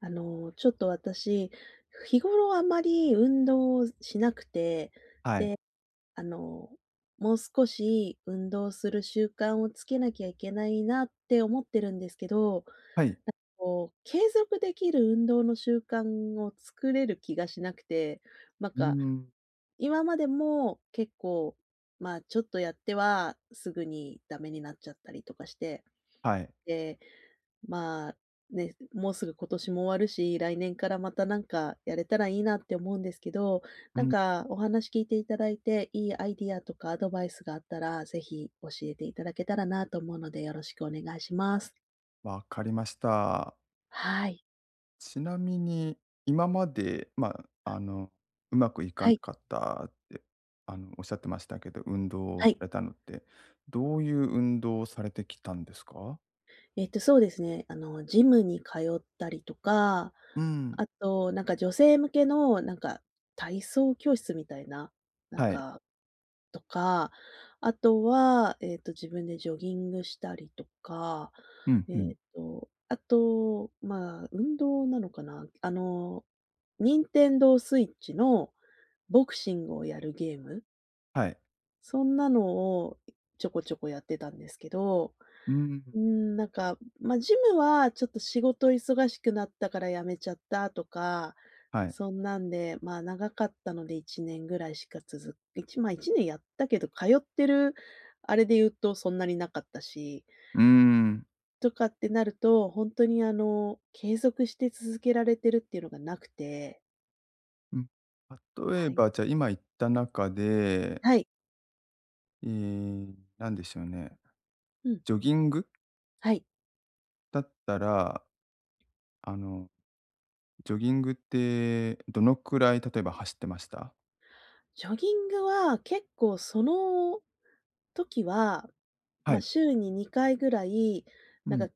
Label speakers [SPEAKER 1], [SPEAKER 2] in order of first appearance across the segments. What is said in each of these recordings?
[SPEAKER 1] ちょっと私、日頃あまり運動をしなくて、
[SPEAKER 2] はい。
[SPEAKER 1] あの、もう少し運動する習慣をつけなきゃいけないなって思ってるんですけど、
[SPEAKER 2] はい。
[SPEAKER 1] 継続できる運動の習慣を作れる気がしなくて、なん
[SPEAKER 2] うー
[SPEAKER 1] か、
[SPEAKER 2] ん。
[SPEAKER 1] 今までも結構、まあ、ちょっとやってはすぐにダメになっちゃったりとかして、
[SPEAKER 2] はい。
[SPEAKER 1] で、まあ、ね、もうすぐ今年も終わるし、来年からまたなんかやれたらいいなって思うんですけど、
[SPEAKER 2] う
[SPEAKER 1] なん
[SPEAKER 2] ん、
[SPEAKER 1] かお話聞いていただいて、いいアイディアとかアドバイスがあったら、ぜひ教えていただけたらなと思うので、よろしくお願いします。
[SPEAKER 2] わかりました。
[SPEAKER 1] はい。
[SPEAKER 2] ちなみに、今まで、まあ、うまくいか
[SPEAKER 1] は
[SPEAKER 2] な
[SPEAKER 1] い。
[SPEAKER 2] かったって、おっしゃってましたけど、運動を
[SPEAKER 1] は
[SPEAKER 2] さ
[SPEAKER 1] い。
[SPEAKER 2] れたのって、どういう運動をされてきたんですか？
[SPEAKER 1] そうですね。ジムに通ったりとか、
[SPEAKER 2] うん。
[SPEAKER 1] あと、なんか女性向けの、なんか、体操教室みたいな、なん
[SPEAKER 2] はい。
[SPEAKER 1] か、とか、あとは、自分でジョギングしたりとか、
[SPEAKER 2] うんうん。
[SPEAKER 1] あと、まあ、運動なのかな、任天堂スイッチのボクシングをやるゲーム、
[SPEAKER 2] はい。
[SPEAKER 1] そんなのをちょこちょこやってたんですけど、
[SPEAKER 2] うーん。
[SPEAKER 1] うーん、なんか、まあ、ジムはちょっと仕事忙しくなったから辞めちゃったとか、
[SPEAKER 2] はい。
[SPEAKER 1] そんなんで、まあ、長かったので1年ぐらいしか続1まあ、1年やったけど、通ってるあれで言うとそんなになかったし、
[SPEAKER 2] うーん。
[SPEAKER 1] とかってなると、本当に継続して続けられてるっていうのがなくて。
[SPEAKER 2] うん。例え
[SPEAKER 1] はい。
[SPEAKER 2] ば、じゃあ、今言った中で、
[SPEAKER 1] はい。
[SPEAKER 2] ええ、なんでしょうね、
[SPEAKER 1] うん、
[SPEAKER 2] ジョギング
[SPEAKER 1] はい。
[SPEAKER 2] だったら、あのジョギングって、どのくらい、例えば走ってました？
[SPEAKER 1] ジョギングは結構その時は、ま
[SPEAKER 2] は
[SPEAKER 1] あ、
[SPEAKER 2] い。
[SPEAKER 1] 週に2回ぐらい、
[SPEAKER 2] う
[SPEAKER 1] なん
[SPEAKER 2] ん。
[SPEAKER 1] か、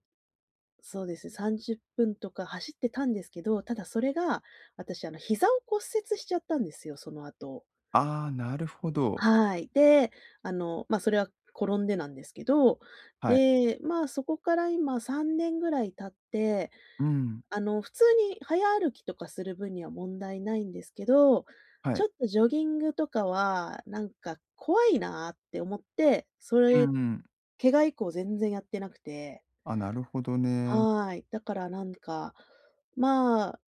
[SPEAKER 1] そうですね、30分とか走ってたんですけど、ただそれが、私膝を骨折しちゃったんですよ、その後。
[SPEAKER 2] ああ、なるほど。
[SPEAKER 1] はい。で、まあ、それは転んでなんですけど、
[SPEAKER 2] はい。
[SPEAKER 1] で、まあ、そこから今3年ぐらい経って、
[SPEAKER 2] うん。
[SPEAKER 1] 普通に早歩きとかする分には問題ないんですけど、
[SPEAKER 2] は
[SPEAKER 1] ちょ
[SPEAKER 2] い。
[SPEAKER 1] っとジョギングとかは、なんか怖いなって思って、
[SPEAKER 2] うん。
[SPEAKER 1] 怪我以降全然やってなくて。
[SPEAKER 2] あ、なるほどね。
[SPEAKER 1] はい。だからなんか、まあ、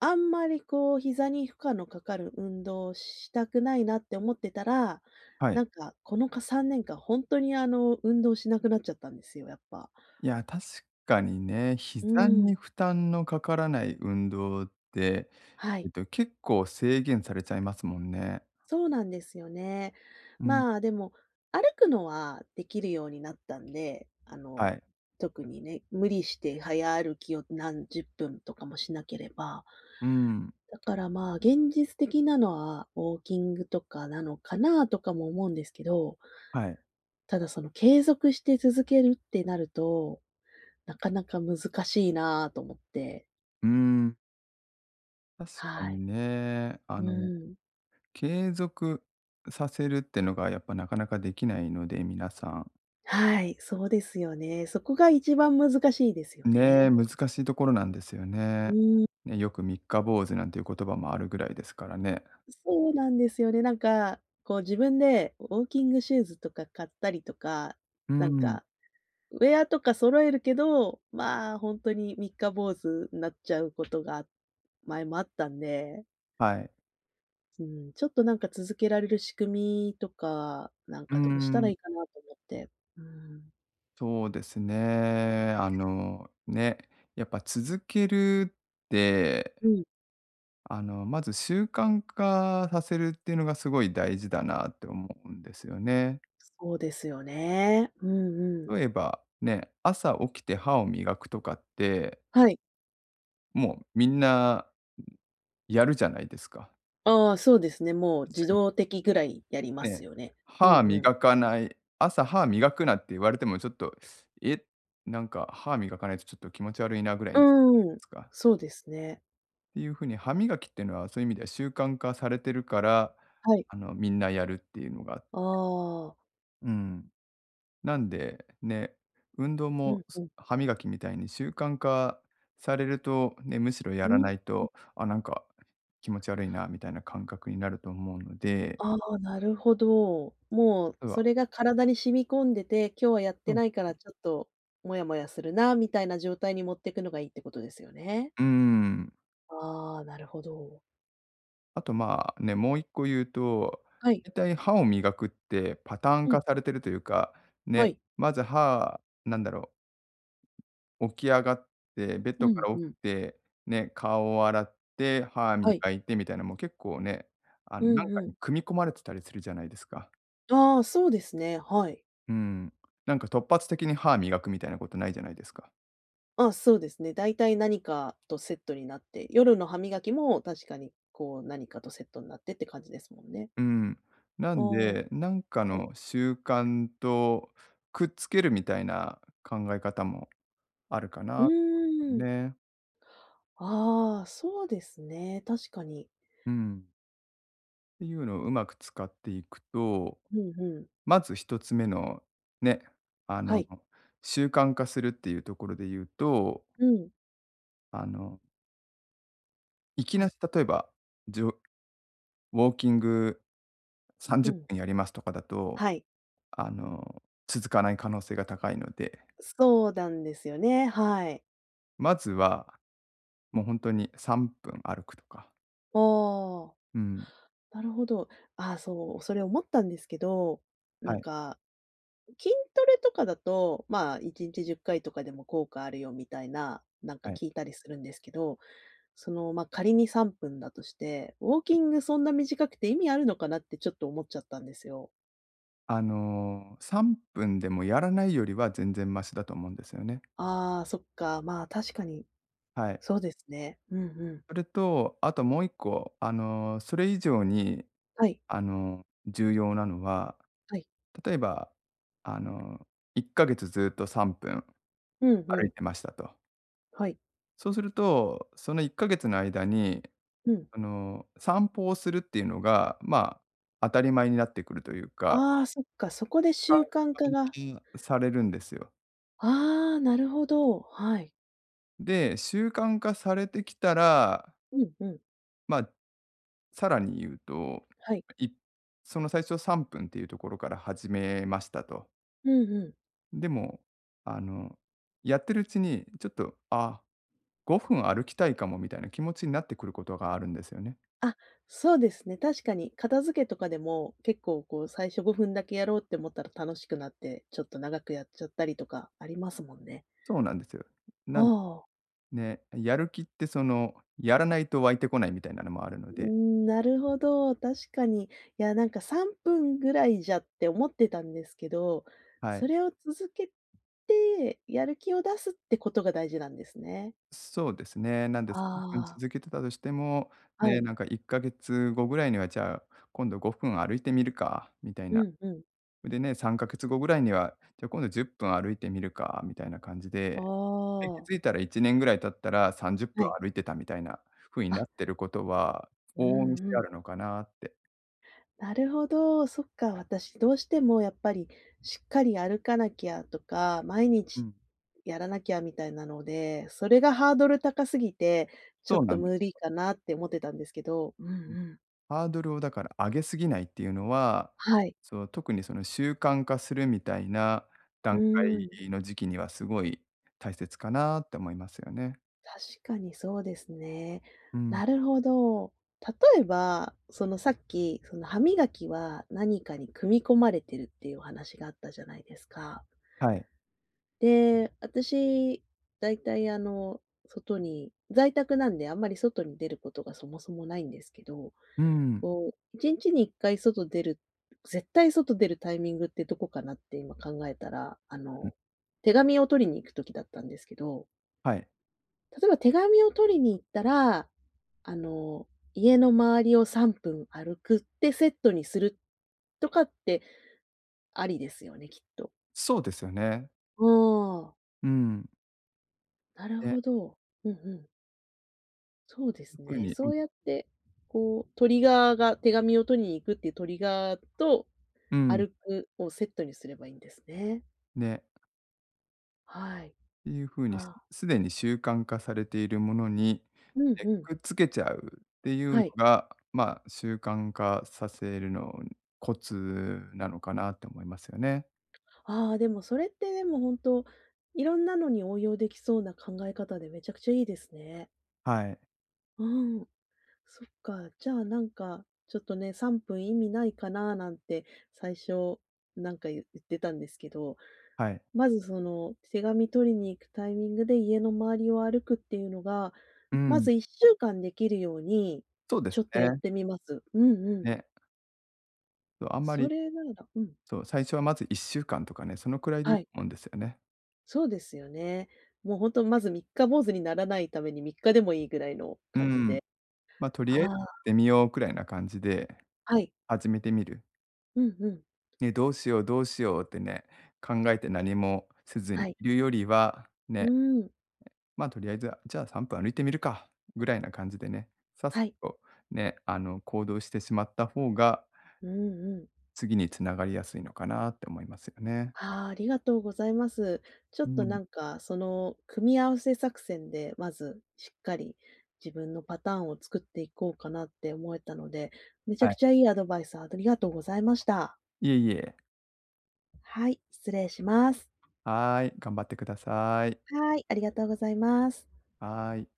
[SPEAKER 1] あんまり膝に負荷のかかる運動をしたくないなって思ってたら、
[SPEAKER 2] は
[SPEAKER 1] な
[SPEAKER 2] い。
[SPEAKER 1] んかこの3年間ほんとに運動しなくなっちゃったんですよ、やっぱ。
[SPEAKER 2] いや、確かにね、
[SPEAKER 1] う
[SPEAKER 2] 膝
[SPEAKER 1] ーん。
[SPEAKER 2] に負担のかからない運動って、
[SPEAKER 1] はい。
[SPEAKER 2] 結構制限されちゃいますもんね。
[SPEAKER 1] そうなんですよね。
[SPEAKER 2] うん。
[SPEAKER 1] まあ、でも、歩くのはできるようになったんで、
[SPEAKER 2] はい。
[SPEAKER 1] 特にね、無理して早歩きを何十分とかもしなければ、
[SPEAKER 2] うん。
[SPEAKER 1] だからまあ、現実的なのはウォーキングとかなのかなとかも思うんですけど、
[SPEAKER 2] はい。
[SPEAKER 1] ただその継続して続けるってなると、なかなか難しいなぁと思って。
[SPEAKER 2] うん。確か
[SPEAKER 1] は
[SPEAKER 2] に
[SPEAKER 1] い。
[SPEAKER 2] ね。
[SPEAKER 1] うん。
[SPEAKER 2] 継続させるってのが、やっぱなかなかできないので、皆さん。
[SPEAKER 1] はい、そうですよね。そこが一番難しいですよ
[SPEAKER 2] ねえ、
[SPEAKER 1] ね。
[SPEAKER 2] 難しいところなんですよ
[SPEAKER 1] う
[SPEAKER 2] ね。
[SPEAKER 1] ん。
[SPEAKER 2] ね、よく三日坊主なんていう言葉もあるぐらいですからね。
[SPEAKER 1] そうなんですよね。なんか、自分でウォーキングシューズとか買ったりとか、
[SPEAKER 2] う
[SPEAKER 1] なん
[SPEAKER 2] ん、
[SPEAKER 1] か、ウェアとか揃えるけど、まあ、本当に三日坊主になっちゃうことが前もあったんで、
[SPEAKER 2] はい。
[SPEAKER 1] うん、ちょっとなんか続けられる仕組みとか、なん
[SPEAKER 2] う
[SPEAKER 1] かどうしたら
[SPEAKER 2] ん、
[SPEAKER 1] いいかなと思って。うん。
[SPEAKER 2] そうですね。ね、やっぱ続けるって、
[SPEAKER 1] うん。
[SPEAKER 2] まず習慣化させるっていうのがすごい大事だなって思うんですよね。
[SPEAKER 1] そうですよね。うんうん。
[SPEAKER 2] 例えば、ね、朝起きて歯を磨くとかって、
[SPEAKER 1] はい。
[SPEAKER 2] もうみんな、やるじゃないですか。
[SPEAKER 1] ああ、そうですね。もう自動的ぐらいやります
[SPEAKER 2] ね、
[SPEAKER 1] よね。うん
[SPEAKER 2] 歯
[SPEAKER 1] うん。
[SPEAKER 2] 磨かない、朝歯磨くなって言われてもちょっと、え、なんか歯磨かないとちょっと気持ち悪いなぐらいで
[SPEAKER 1] うん。
[SPEAKER 2] すか。っ
[SPEAKER 1] そうですね。
[SPEAKER 2] ていう風に歯磨きっていうのは、そういう意味では習慣化されてるから、
[SPEAKER 1] はい。
[SPEAKER 2] みんなやるっていうのが、
[SPEAKER 1] ああ、
[SPEAKER 2] うん。なんで、ね、運動
[SPEAKER 1] う
[SPEAKER 2] も、
[SPEAKER 1] んうん。
[SPEAKER 2] 歯磨きみたいに習慣化されると、ね、むしろや
[SPEAKER 1] う
[SPEAKER 2] ら
[SPEAKER 1] ん、
[SPEAKER 2] ないと、あ、なんか気持ち悪いなみたいな感覚になると思うので、
[SPEAKER 1] ああ、なるほど。もう
[SPEAKER 2] そう
[SPEAKER 1] そ
[SPEAKER 2] は
[SPEAKER 1] れが体に染み込んでて、今日はやっ
[SPEAKER 2] そ
[SPEAKER 1] て
[SPEAKER 2] う。
[SPEAKER 1] ないからちょっとモヤモヤするなみたいな状態に持ってくのがいいってことですよね。
[SPEAKER 2] うーん。
[SPEAKER 1] ああ、なるほど。
[SPEAKER 2] あと、まあ、ね、もう一個言うと、
[SPEAKER 1] はい。
[SPEAKER 2] 大体歯を磨くってパターン
[SPEAKER 1] う
[SPEAKER 2] 化
[SPEAKER 1] ん。
[SPEAKER 2] されてるというか、
[SPEAKER 1] は
[SPEAKER 2] ね、
[SPEAKER 1] い。
[SPEAKER 2] まずなんだろう、起き上がって、ベッ
[SPEAKER 1] う
[SPEAKER 2] ドか
[SPEAKER 1] ん
[SPEAKER 2] ら起き
[SPEAKER 1] うん。
[SPEAKER 2] て、ね、顔を洗って、歯
[SPEAKER 1] はい。
[SPEAKER 2] 磨いてみたいな、もう結構ね、
[SPEAKER 1] う
[SPEAKER 2] な
[SPEAKER 1] ん
[SPEAKER 2] んか
[SPEAKER 1] うん。
[SPEAKER 2] に組み込まれてたりするじゃないですか。
[SPEAKER 1] ああ、そうですね、はい。
[SPEAKER 2] うん。なんか突発的に歯磨くみたいなことないじゃないですか。
[SPEAKER 1] あ、そうですね。だいたい何かとセットになって、夜の歯磨きも確かにこう何かとセットになってって感じですもんね。
[SPEAKER 2] うん。な
[SPEAKER 1] ああ、
[SPEAKER 2] んで、なんか
[SPEAKER 1] はい。
[SPEAKER 2] の習慣とくっつけるみたいな考え方もあるか
[SPEAKER 1] う
[SPEAKER 2] な
[SPEAKER 1] ーん。
[SPEAKER 2] ね。
[SPEAKER 1] ああ、そうですね、確かに。
[SPEAKER 2] うん。っていうのをうまく使っていくと、
[SPEAKER 1] うんうん。
[SPEAKER 2] まず一つ目のね、あ
[SPEAKER 1] は
[SPEAKER 2] の、
[SPEAKER 1] い。
[SPEAKER 2] 習慣化するっていうところで言うと、
[SPEAKER 1] うん。
[SPEAKER 2] あの、いき
[SPEAKER 1] は
[SPEAKER 2] な
[SPEAKER 1] い。
[SPEAKER 2] り例えば、じょウォーキング
[SPEAKER 1] う
[SPEAKER 2] 30
[SPEAKER 1] ん。
[SPEAKER 2] 分やりますとかだと、
[SPEAKER 1] はい。
[SPEAKER 2] 続かない可能性が高いので、
[SPEAKER 1] そうなんですよね、はい。
[SPEAKER 2] まずはもう本当に3分歩くとか。
[SPEAKER 1] ああ、
[SPEAKER 2] うん。
[SPEAKER 1] なるほど。ああ、そう、それ思ったんですけど、な
[SPEAKER 2] は
[SPEAKER 1] ん
[SPEAKER 2] い、
[SPEAKER 1] か、筋トレとかだと、まあ、1日10回とかでも効果あるよみたいな、なんか
[SPEAKER 2] はい。
[SPEAKER 1] 聞いたりするんですけど、その、まあ、仮に3分だとして、ウォーキングそんな短くて意味あるのかなってちょっと思っちゃったんですよ。
[SPEAKER 2] 3分でもやらないよりは全然マシだと思うんですよね。
[SPEAKER 1] ああ、そっか、まあ、確かに
[SPEAKER 2] はい。
[SPEAKER 1] そうですね。うんうん。
[SPEAKER 2] それと、あともう一個、それ以上に、
[SPEAKER 1] はい、
[SPEAKER 2] 重要なのは、
[SPEAKER 1] はい。
[SPEAKER 2] 例えば、あの、1ヶ月ずっと3分
[SPEAKER 1] うんう
[SPEAKER 2] 歩い
[SPEAKER 1] ん。
[SPEAKER 2] てましたと。
[SPEAKER 1] はい。
[SPEAKER 2] そうすると、その1ヶ月の間に、
[SPEAKER 1] うん。
[SPEAKER 2] 散歩をするっていうのが、まあ、当たり前になってくるというか、
[SPEAKER 1] ああ、そっか、そこで習慣化が。
[SPEAKER 2] うんされるんですよ。
[SPEAKER 1] ああ、なるほど、はい。
[SPEAKER 2] で、習慣化されてきたら、
[SPEAKER 1] うんうん。
[SPEAKER 2] まあ、さらに言うと、
[SPEAKER 1] はい。
[SPEAKER 2] いその最初3分っていうところから始めましたと。
[SPEAKER 1] うんうん。
[SPEAKER 2] でも、あの、やってるうちに、ちょっと、あ、5分歩きたいかもみたいな気持ちになってくることがあるんですよね。
[SPEAKER 1] あ、そうですね、確かに片付けとかでも、結構こう最初5分だけやろうって思ったら楽しくなって、ちょっと長くやっちゃったりとかありますもんね。
[SPEAKER 2] そうなんですよ。
[SPEAKER 1] あ
[SPEAKER 2] なん
[SPEAKER 1] あ。
[SPEAKER 2] ね、やる気ってやらないと湧いてこないみたいなのもあるの
[SPEAKER 1] うー
[SPEAKER 2] で、
[SPEAKER 1] ん、なるほど、確かに。いや、なんか3分ぐらいじゃって思ってたんですけど、
[SPEAKER 2] は
[SPEAKER 1] そ
[SPEAKER 2] い。
[SPEAKER 1] れを続けて、やる気を出すってことが大事なんですね。
[SPEAKER 2] そうですね。なんで3分
[SPEAKER 1] ああ、
[SPEAKER 2] 続けてたとしても、
[SPEAKER 1] は
[SPEAKER 2] ね、
[SPEAKER 1] い。
[SPEAKER 2] なんか1ヶ月後ぐらいには、じゃあ、今度5分歩いてみるか、みたい
[SPEAKER 1] う
[SPEAKER 2] な。
[SPEAKER 1] んうん。
[SPEAKER 2] でね、3ヶ月後ぐらいには、じゃあ今度10分歩いてみるか、みたいな感じ
[SPEAKER 1] あ
[SPEAKER 2] で、気
[SPEAKER 1] あ、
[SPEAKER 2] づいたら1年ぐらい経ったら30分
[SPEAKER 1] はい。
[SPEAKER 2] 歩いてたみたいな風にな
[SPEAKER 1] あ、
[SPEAKER 2] ってることは、
[SPEAKER 1] う
[SPEAKER 2] 往
[SPEAKER 1] ん
[SPEAKER 2] 々にし
[SPEAKER 1] う
[SPEAKER 2] てあ
[SPEAKER 1] ん。
[SPEAKER 2] るのかなって。
[SPEAKER 1] なるほど、そっか、私どうしてもやっぱりしっかり歩かなきゃとか、毎
[SPEAKER 2] う
[SPEAKER 1] 日
[SPEAKER 2] ん、
[SPEAKER 1] やらなきゃみたいなので、それがハードル高すぎて、ちょっ
[SPEAKER 2] そうな
[SPEAKER 1] と
[SPEAKER 2] んで
[SPEAKER 1] 無
[SPEAKER 2] す。
[SPEAKER 1] 理かなって思ってたんですけど。うんう
[SPEAKER 2] うん、
[SPEAKER 1] ん。
[SPEAKER 2] ハードルをだから上げすぎないっていうのは、
[SPEAKER 1] はい。
[SPEAKER 2] そう、特にその習慣化するみたいな
[SPEAKER 1] う
[SPEAKER 2] 段
[SPEAKER 1] ーん、
[SPEAKER 2] 階の時期にはすごい大切かなって思いますよね。
[SPEAKER 1] 確かにそうですね。
[SPEAKER 2] うん。
[SPEAKER 1] なるほど。例えば、そのさっき、その歯磨きは何かに組み込まれてるっていうお話があったじゃないですか。
[SPEAKER 2] はい。
[SPEAKER 1] で、私、だいたい在宅なんであんまり外に出ることがそもそもないんですけど、
[SPEAKER 2] うん、
[SPEAKER 1] こう、1日に1回外出る絶対外出るタイミングってどこかなって今考えたら、
[SPEAKER 2] うん。
[SPEAKER 1] 手紙を取りに行く時だったんですけど、
[SPEAKER 2] はい。
[SPEAKER 1] 例えば手紙を取りに行ったら、あの、家の周りを3分歩くってセットにするとかって、ありですよね、きっと。
[SPEAKER 2] そうですよね。
[SPEAKER 1] ああ、
[SPEAKER 2] うん。
[SPEAKER 1] なる
[SPEAKER 2] ね、
[SPEAKER 1] ほど。うんうん。そうです
[SPEAKER 2] 特
[SPEAKER 1] ね。
[SPEAKER 2] にう
[SPEAKER 1] そ
[SPEAKER 2] ん、
[SPEAKER 1] うやって、トリガーが手紙を取りに行くっていうトリガーと、
[SPEAKER 2] うん。
[SPEAKER 1] 歩くをセットにすればいいんですね。
[SPEAKER 2] ね。
[SPEAKER 1] はい。
[SPEAKER 2] ていう風に、
[SPEAKER 1] ああ、
[SPEAKER 2] すでに習慣化されているものに、
[SPEAKER 1] うんうん。
[SPEAKER 2] くっつけちゃうっていう
[SPEAKER 1] は
[SPEAKER 2] の
[SPEAKER 1] い。
[SPEAKER 2] が、まあ、習慣化させるのコツなのかなって思いますよね。
[SPEAKER 1] ああ、でもそれって本当、いろんなのに応用できそうな考え方でめちゃくちゃいいですね。
[SPEAKER 2] はい、
[SPEAKER 1] うん。そっか。じゃあ、なんか、ちょっとね、3分意味ないかななんて最初なんか言ってたんですけど、
[SPEAKER 2] はい。
[SPEAKER 1] まずその手紙取りに行くタイミングで家の周りを歩くっていうのが、
[SPEAKER 2] う
[SPEAKER 1] ま
[SPEAKER 2] ん、
[SPEAKER 1] ず1週間できるように、
[SPEAKER 2] そうで
[SPEAKER 1] ちょ
[SPEAKER 2] す
[SPEAKER 1] っとやっ
[SPEAKER 2] ね。
[SPEAKER 1] てみます。うんうん。
[SPEAKER 2] ね、そう、あんま
[SPEAKER 1] そ
[SPEAKER 2] り、
[SPEAKER 1] れならうん。
[SPEAKER 2] そう、最初はまず1週間とかね、そのくらいでいい
[SPEAKER 1] は
[SPEAKER 2] と
[SPEAKER 1] い。
[SPEAKER 2] 思うんですよね。
[SPEAKER 1] そうですよね。もうほんとまず三日坊主にならないために3日でもいいぐらいの
[SPEAKER 2] う
[SPEAKER 1] 感じ
[SPEAKER 2] ん。
[SPEAKER 1] で。
[SPEAKER 2] ま、と
[SPEAKER 1] あ
[SPEAKER 2] りあえずや
[SPEAKER 1] あ、
[SPEAKER 2] ってみようくらいな感じで
[SPEAKER 1] はい。
[SPEAKER 2] 始めてみる。
[SPEAKER 1] うんうん。
[SPEAKER 2] ね、どうしようどうしようってね、考えて何もせずに
[SPEAKER 1] はい。
[SPEAKER 2] いるよりは、
[SPEAKER 1] う
[SPEAKER 2] ね、
[SPEAKER 1] ーん。
[SPEAKER 2] まあ、とりあえず、じゃあ3分歩いてみるか、ぐらいな感じでね、さっさ
[SPEAKER 1] はい。
[SPEAKER 2] とね、行動してしまった方が、
[SPEAKER 1] うんうん。
[SPEAKER 2] 次に繋がりやすいのかなって思いますよね。
[SPEAKER 1] ああ、ありがとうございます。ちょっ
[SPEAKER 2] う
[SPEAKER 1] と
[SPEAKER 2] ん。
[SPEAKER 1] なんか、その組み合わせ作戦で、まずしっかり自分のパターンを作っていこうかなって思えたので、めちゃ
[SPEAKER 2] は
[SPEAKER 1] く
[SPEAKER 2] い。
[SPEAKER 1] ちゃいいアドバイスありがとうございました。
[SPEAKER 2] いえいえ。
[SPEAKER 1] はい、失礼します。
[SPEAKER 2] はい、頑張ってください。
[SPEAKER 1] はい、ありがとうございます。
[SPEAKER 2] はい。